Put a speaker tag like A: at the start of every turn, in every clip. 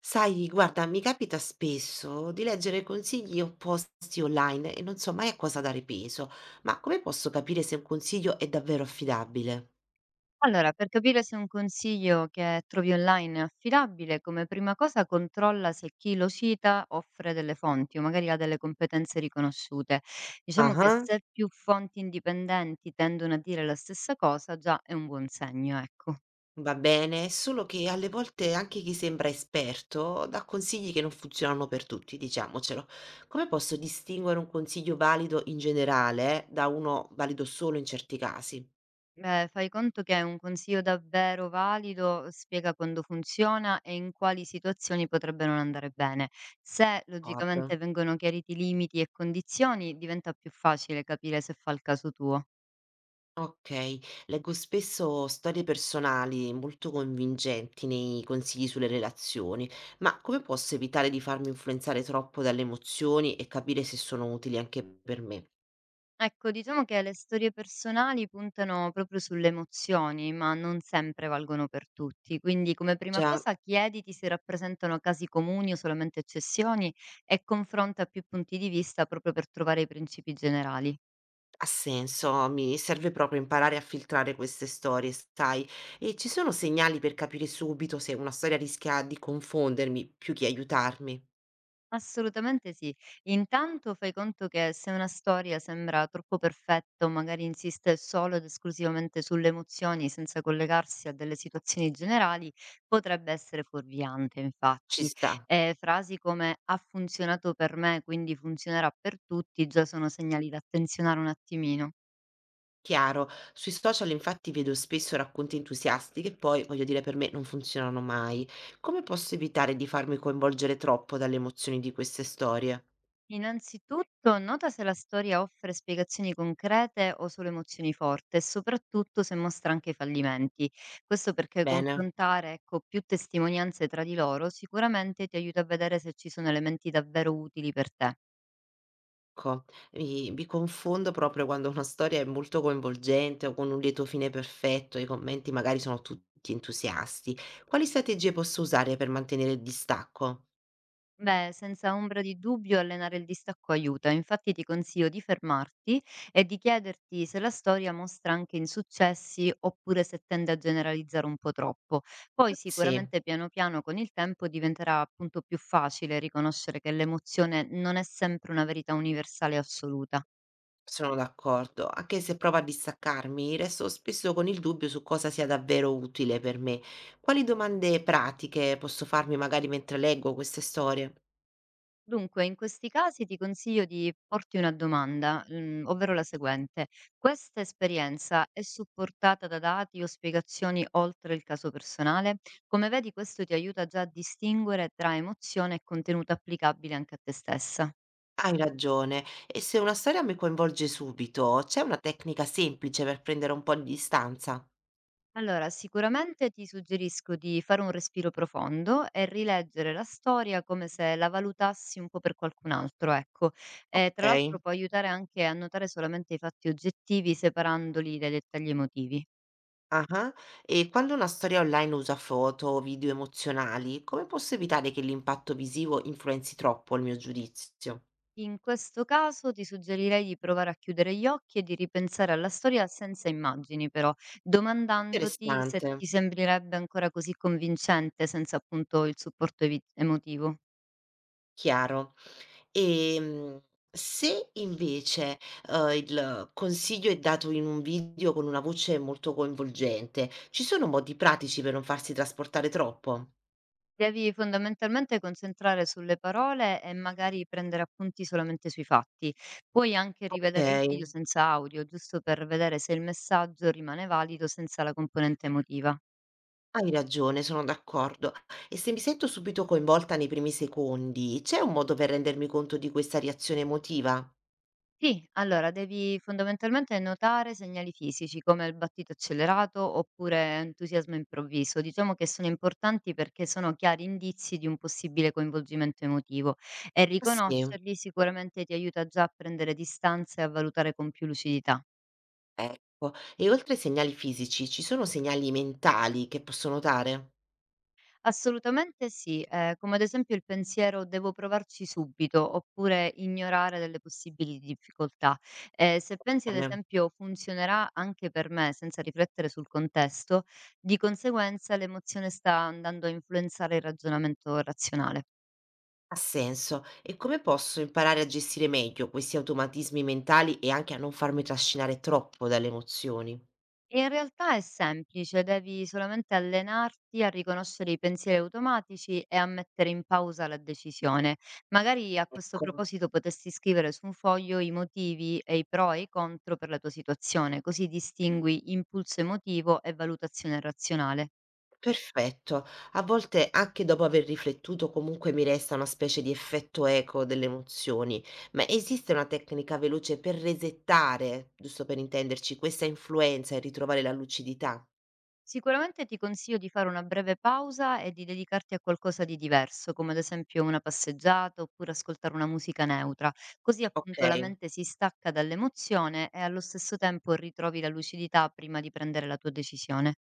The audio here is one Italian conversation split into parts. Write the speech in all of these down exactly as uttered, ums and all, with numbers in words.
A: Sai, guarda, mi capita spesso di leggere consigli opposti online e non so mai a cosa dare peso, ma come posso capire se un consiglio è davvero affidabile?
B: Allora, per capire se un consiglio che trovi online è affidabile, come prima cosa controlla se chi lo cita offre delle fonti o magari ha delle competenze riconosciute. Diciamo che
A: Ah,
B: se più fonti indipendenti tendono a dire la stessa cosa, già è un buon segno, ecco.
A: va bene, solo che alle volte anche chi sembra esperto dà consigli che non funzionano per tutti, diciamocelo. Come posso distinguere un consiglio valido in generale da uno valido solo in certi casi?
B: Beh, fai conto che un consiglio davvero valido spiega quando funziona e in quali situazioni potrebbe non andare bene. Se
A: D'accordo.
B: logicamente vengono chiariti limiti e condizioni, diventa più facile capire se fa il caso tuo.
A: Okay. Leggo spesso storie personali molto convincenti nei consigli sulle relazioni, ma come posso evitare di farmi influenzare troppo dalle emozioni e capire se sono utili anche per me?
B: Ecco, diciamo che le storie personali puntano proprio sulle emozioni, ma non sempre valgono per tutti. Quindi, come prima
A: Già,
B: cosa, chiediti se rappresentano casi comuni o solamente eccezioni e confronta più punti di vista proprio per trovare i principi generali.
A: ha senso, mi serve proprio imparare a filtrare queste storie, sai? E ci sono segnali per capire subito se una storia rischia di confondermi più che aiutarmi?
B: Assolutamente sì. Intanto fai conto che se una storia sembra troppo perfetta o magari insiste solo ed esclusivamente sulle emozioni senza collegarsi a delle situazioni generali, potrebbe essere fuorviante,
A: Ci
B: infatti.
A: sta.
B: Eh, frasi come ha funzionato per me, quindi funzionerà per tutti, già sono segnali da attenzionare un attimino.
A: Chiaro. Sui social infatti vedo spesso racconti entusiasti che poi, voglio dire, per me non funzionano mai. Come posso evitare di farmi coinvolgere troppo dalle emozioni di queste storie?
B: Innanzitutto, nota se la storia offre spiegazioni concrete o solo emozioni forti e soprattutto se mostra anche i fallimenti. Questo perché
A: Bene,
B: confrontare, ecco, più testimonianze tra di loro sicuramente ti aiuta a vedere se ci sono elementi davvero utili per te.
A: ecco, mi, mi confondo proprio quando una storia è molto coinvolgente o con un lieto fine perfetto, i commenti magari sono tutti entusiasti. Quali strategie posso usare per mantenere il distacco?
B: Beh, senza ombra di dubbio allenare il distacco aiuta, infatti ti consiglio di fermarti e di chiederti se la storia mostra anche insuccessi oppure se tende a generalizzare un po' troppo. Poi
A: Sì.
B: sicuramente piano piano con il tempo diventerà appunto più facile riconoscere che l'emozione non è sempre una verità universale e assoluta.
A: Sono d'accordo, anche se provo a distaccarmi, resto spesso con il dubbio su cosa sia davvero utile per me. Quali domande pratiche posso farmi magari mentre leggo queste storie?
B: Dunque, in questi casi ti consiglio di porti una domanda, mhmm, ovvero la seguente: "Questa esperienza è supportata da dati o spiegazioni oltre il caso personale?" Come vedi questo ti aiuta già a distinguere tra emozione e contenuto applicabile anche a te stessa.
A: Hai ragione, e se una storia mi coinvolge subito, c'è una tecnica semplice per prendere un po' di distanza?
B: Allora, sicuramente ti suggerisco di fare un respiro profondo e rileggere la storia come se la valutassi un po' per qualcun altro, ecco. E
A: Ok.
B: tra l'altro può aiutare anche a notare solamente i fatti oggettivi separandoli dai dettagli emotivi.
A: Ah, e quando una storia online usa foto o video emozionali, come posso evitare che l'impatto visivo influenzi troppo il mio giudizio?
B: In questo caso ti suggerirei di provare a chiudere gli occhi e di ripensare alla storia senza immagini, però, domandandoti se
A: Interessante,
B: ti sembrerebbe ancora così convincente senza appunto il supporto evi- emotivo.
A: chiaro. Ehm, Se invece, uhm, il consiglio è dato in un video con una voce molto coinvolgente, ci sono modi pratici per non farsi trasportare troppo?
B: Devi fondamentalmente concentrare sulle parole e magari prendere appunti solamente sui fatti. Puoi anche rivedere il
A: Okay,
B: video senza audio, giusto per vedere se il messaggio rimane valido senza la componente emotiva.
A: hai ragione, sono d'accordo. E se mi sento subito coinvolta nei primi secondi, c'è un modo per rendermi conto di questa reazione emotiva?
B: Sì, allora devi fondamentalmente notare segnali fisici come il battito accelerato oppure entusiasmo improvviso. Diciamo che sono importanti perché sono chiari indizi di un possibile coinvolgimento emotivo e
A: Ah sì?
B: riconoscerli sicuramente ti aiuta già a prendere distanza e a valutare con più lucidità.
A: Ecco. E oltre ai segnali fisici, ci sono segnali mentali che posso notare?
B: Assolutamente sì, ehm, come ad esempio il pensiero: "Devo provarci subito", oppure ignorare delle possibili difficoltà. Ehm, se pensi ad
A: Bene.
B: esempio: "Funzionerà anche per me", senza riflettere sul contesto, di conseguenza l'emozione sta andando a influenzare il ragionamento razionale.
A: Ha senso. E come posso imparare a gestire meglio questi automatismi mentali e anche a non farmi trascinare troppo dalle emozioni?
B: E in realtà è semplice, devi solamente allenarti a riconoscere i pensieri automatici e a mettere in pausa la decisione. Magari a questo
A: Ecco,
B: proposito potresti scrivere su un foglio i motivi e i pro e i contro per la tua situazione, così distingui impulso emotivo e valutazione razionale.
A: perfetto. A volte, anche dopo aver riflettuto, comunque mi resta una specie di effetto eco delle emozioni. Ma esiste una tecnica veloce per resettare, giusto per intenderci, questa influenza e ritrovare la lucidità?
B: Sicuramente ti consiglio di fare una breve pausa e di dedicarti a qualcosa di diverso, come ad esempio una passeggiata oppure ascoltare una musica neutra, così
A: Ok.
B: appunto la mente si stacca dall'emozione e allo stesso tempo ritrovi la lucidità prima di prendere la tua decisione.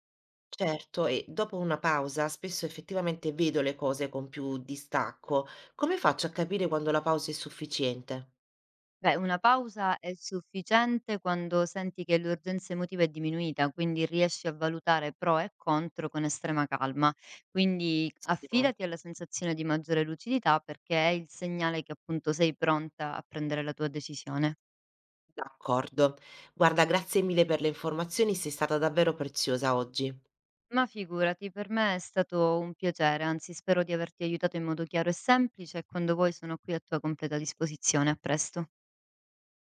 A: Certo, e dopo una pausa spesso effettivamente vedo le cose con più distacco. Come faccio a capire quando la pausa è sufficiente?
B: Beh, una pausa è sufficiente quando senti che l'urgenza emotiva è diminuita, quindi riesci a valutare pro e contro con estrema calma. Quindi
A: Benissimo,
B: affidati alla sensazione di maggiore lucidità perché è il segnale che appunto sei pronta a prendere la tua decisione.
A: d'accordo. Guarda, grazie mille per le informazioni, sei stata davvero preziosa oggi.
B: Ma figurati, per me è stato un piacere, anzi spero di averti aiutato in modo chiaro e semplice e quando vuoi sono qui a tua completa disposizione. A presto.